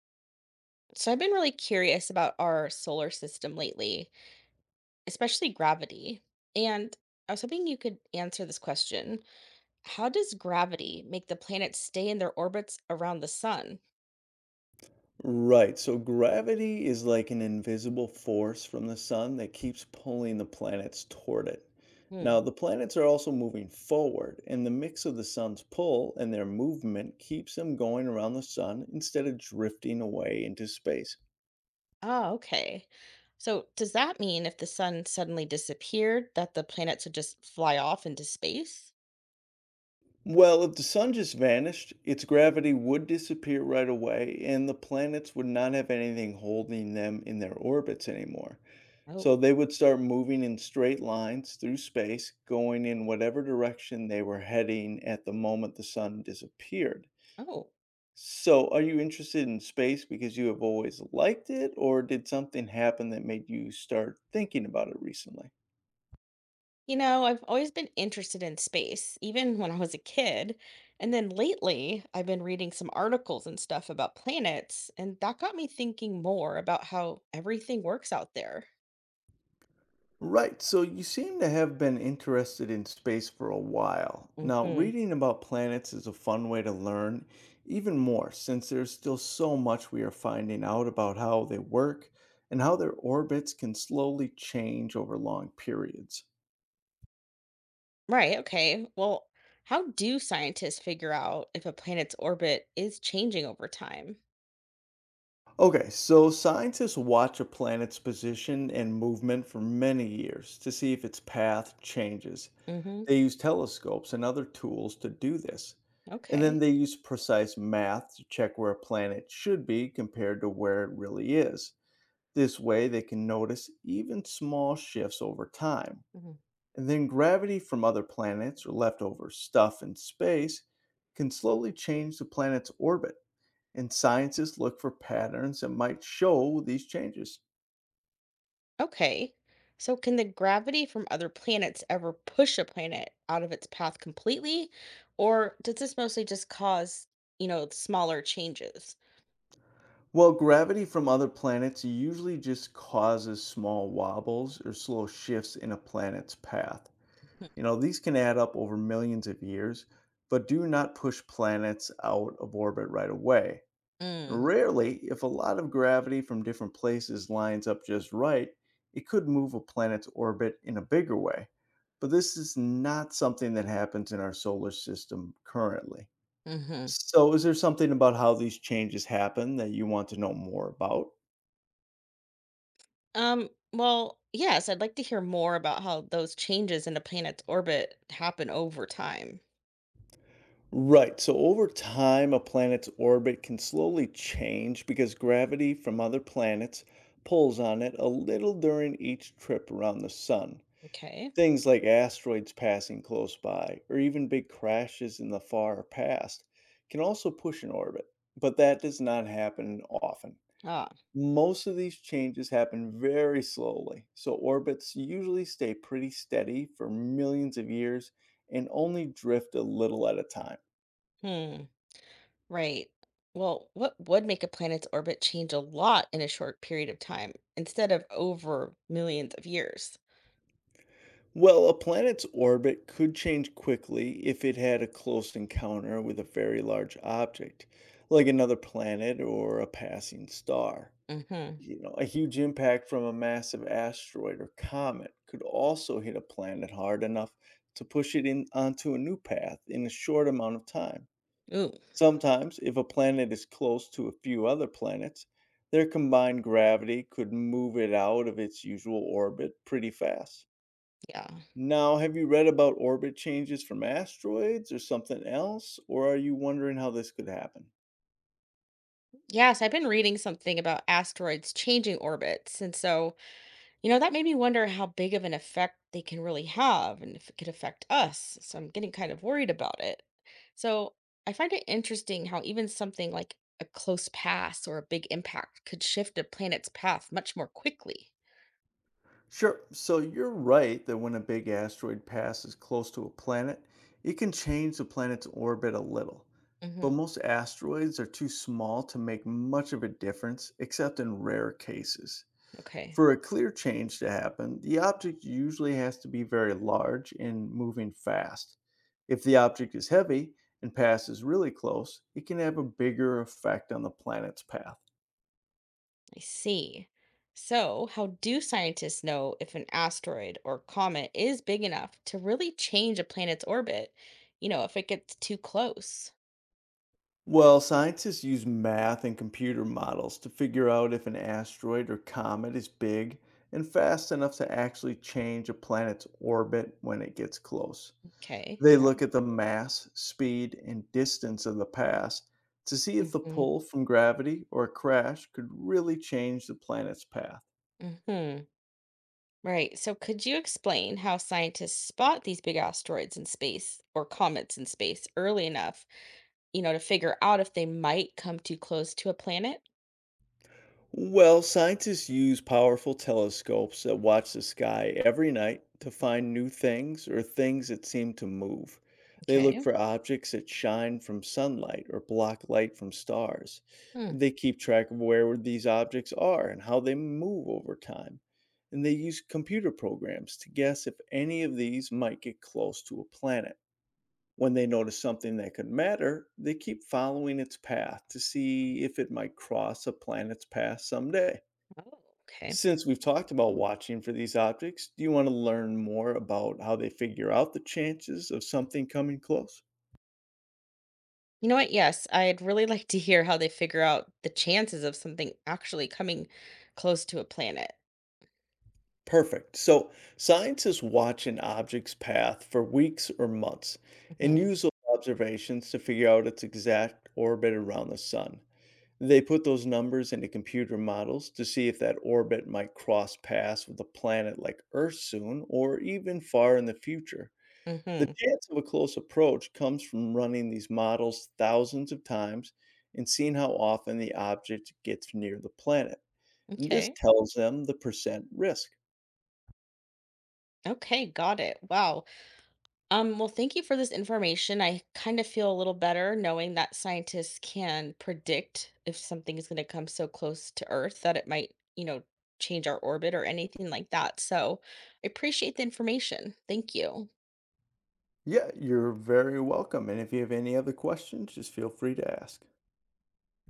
So I've been really curious about our solar system lately, especially gravity. And I was hoping you could answer this question. How does gravity make the planets stay in their orbits around the sun? Right. So gravity is like an invisible force from the sun that keeps pulling the planets toward it. Now, Hmm. the planets are also moving forward, and the mix of the sun's pull and their movement keeps them going around the sun instead of drifting away into space. Oh, okay. So does that mean if the sun suddenly disappeared that the planets would just fly off into space? Well, if the sun just vanished, its gravity would disappear right away, and the planets would not have anything holding them in their orbits anymore. Oh, So they would start moving in straight lines through space, going in whatever direction they were heading at the moment the sun disappeared. oh. So, are you interested in space because you have always liked it, or did something happen that made you start thinking about it recently? I've always been interested in space, even when I was a kid. And then lately, I've been reading some articles and stuff about planets, and that got me thinking more about how everything works out there. Right. So you seem to have been interested in space for a while. Now, Hmm. reading about planets is a fun way to learn, even more since there's still so much we are finding out about how they work and how their orbits can slowly change over long periods. Right. Okay. Well, how do scientists figure out if a planet's orbit is changing over time? Okay, so scientists watch a planet's position and movement for many years to see if its path changes. Hmm. They use telescopes and other tools to do this. And then Okay. they use precise math to check where a planet should be compared to where it really is. This way, they can notice even small shifts over time. And then gravity from other planets or leftover stuff in space can slowly change the planet's orbit. And scientists look for patterns that might show these changes. Okay. So, can the gravity from other planets ever push a planet out of its path completely? Or does this mostly just cause, smaller changes? Well, gravity from other planets usually just causes small wobbles or slow shifts in a planet's path. You know, these can add up over millions of years, but do not push planets out of orbit right away. Mm. Rarely, if a lot of gravity from different places lines up just right, it could move a planet's orbit in a bigger way. But this is not something that happens in our solar system currently. Hmm. So, is there something about how these changes happen that you want to know more about? Well, yes, I'd like to hear more about how those changes in a planet's orbit happen over time. Right. So over time, a planet's orbit can slowly change because gravity from other planets pulls on it a little during each trip around the sun. Okay. Things like asteroids passing close by, or even big crashes in the far past, can also push an orbit, but that does not happen often. Ah. Most of these changes happen very slowly, so orbits usually stay pretty steady for millions of years and only drift a little at a time. Hmm. Right. Well, what would make a planet's orbit change a lot in a short period of time instead of over millions of years? Well, a planet's orbit could change quickly if it had a close encounter with a very large object, like another planet or a passing star. Mm-hmm. You know, a huge impact from a massive asteroid or comet could also hit a planet hard enough to push it in onto a new path in a short amount of time. Sometimes, if a planet is close to a few other planets, their combined gravity could move it out of its usual orbit pretty fast. Yeah. Now, have you read about orbit changes from asteroids or something else, or are you wondering how this could happen? Yes, I've been reading something about asteroids changing orbits. And so, that made me wonder how big of an effect they can really have and if it could affect us. So I'm getting kind of worried about it. So I find it interesting how even something like a close pass or a big impact could shift a planet's path much more quickly. Sure, so you're right that when a big asteroid passes close to a planet, it can change the planet's orbit a little. But Hmm. most asteroids are too small to make much of a difference, except in rare cases. Okay. For a clear change to happen, the object usually has to be very large and moving fast. If the object is heavy and passes really close, it can have a bigger effect on the planet's path. I see. So, how do scientists know if an asteroid or comet is big enough to really change a planet's orbit? If it gets too close. Well, scientists use math and computer models to figure out if an asteroid or comet is big and fast enough to actually change a planet's orbit when it gets close. Okay, They yeah. look at the mass, speed, and distance of the pass to see if the Hmm. pull from gravity or a crash could really change the planet's path. Hmm. Right. So, could you explain how scientists spot these big asteroids in space or comets in space early enough to figure out if they might come too close to a planet? Well, scientists use powerful telescopes that watch the sky every night to Mhm. find new things or things that seem to move. They look Okay. for objects that shine from sunlight or block light from stars. Hmm. They keep track of where these objects are and how they move over time. And they use computer programs to guess if any of these might get close to a planet. When they notice something that could matter, they keep following its path to see if it might cross a planet's path someday. Oh, okay. Since we've talked about watching for these objects, do you want to learn more about how they figure out the chances of something coming close? You know what? Yes, I'd really like to hear how they figure out the chances of something actually coming close to a planet. Perfect. So, scientists watch an object's path for weeks or months and Mhm. use those observations to figure out its exact orbit around the sun. They put those numbers into computer models to see if that orbit might cross paths with a planet like Earth soon or even far in the future. The Mhm. chance of a close approach comes from running these models thousands of times and seeing how often the object gets near the planet. And this Okay. tells them the percent risk. Okay, got it. Wow. Well, thank you for this information. I kind of feel a little better knowing that scientists can predict if something is going to come so close to Earth that it might, change our orbit or anything like that. So, I appreciate the information. Thank you. Yeah, you're very welcome. And if you have any other questions, just feel free to ask.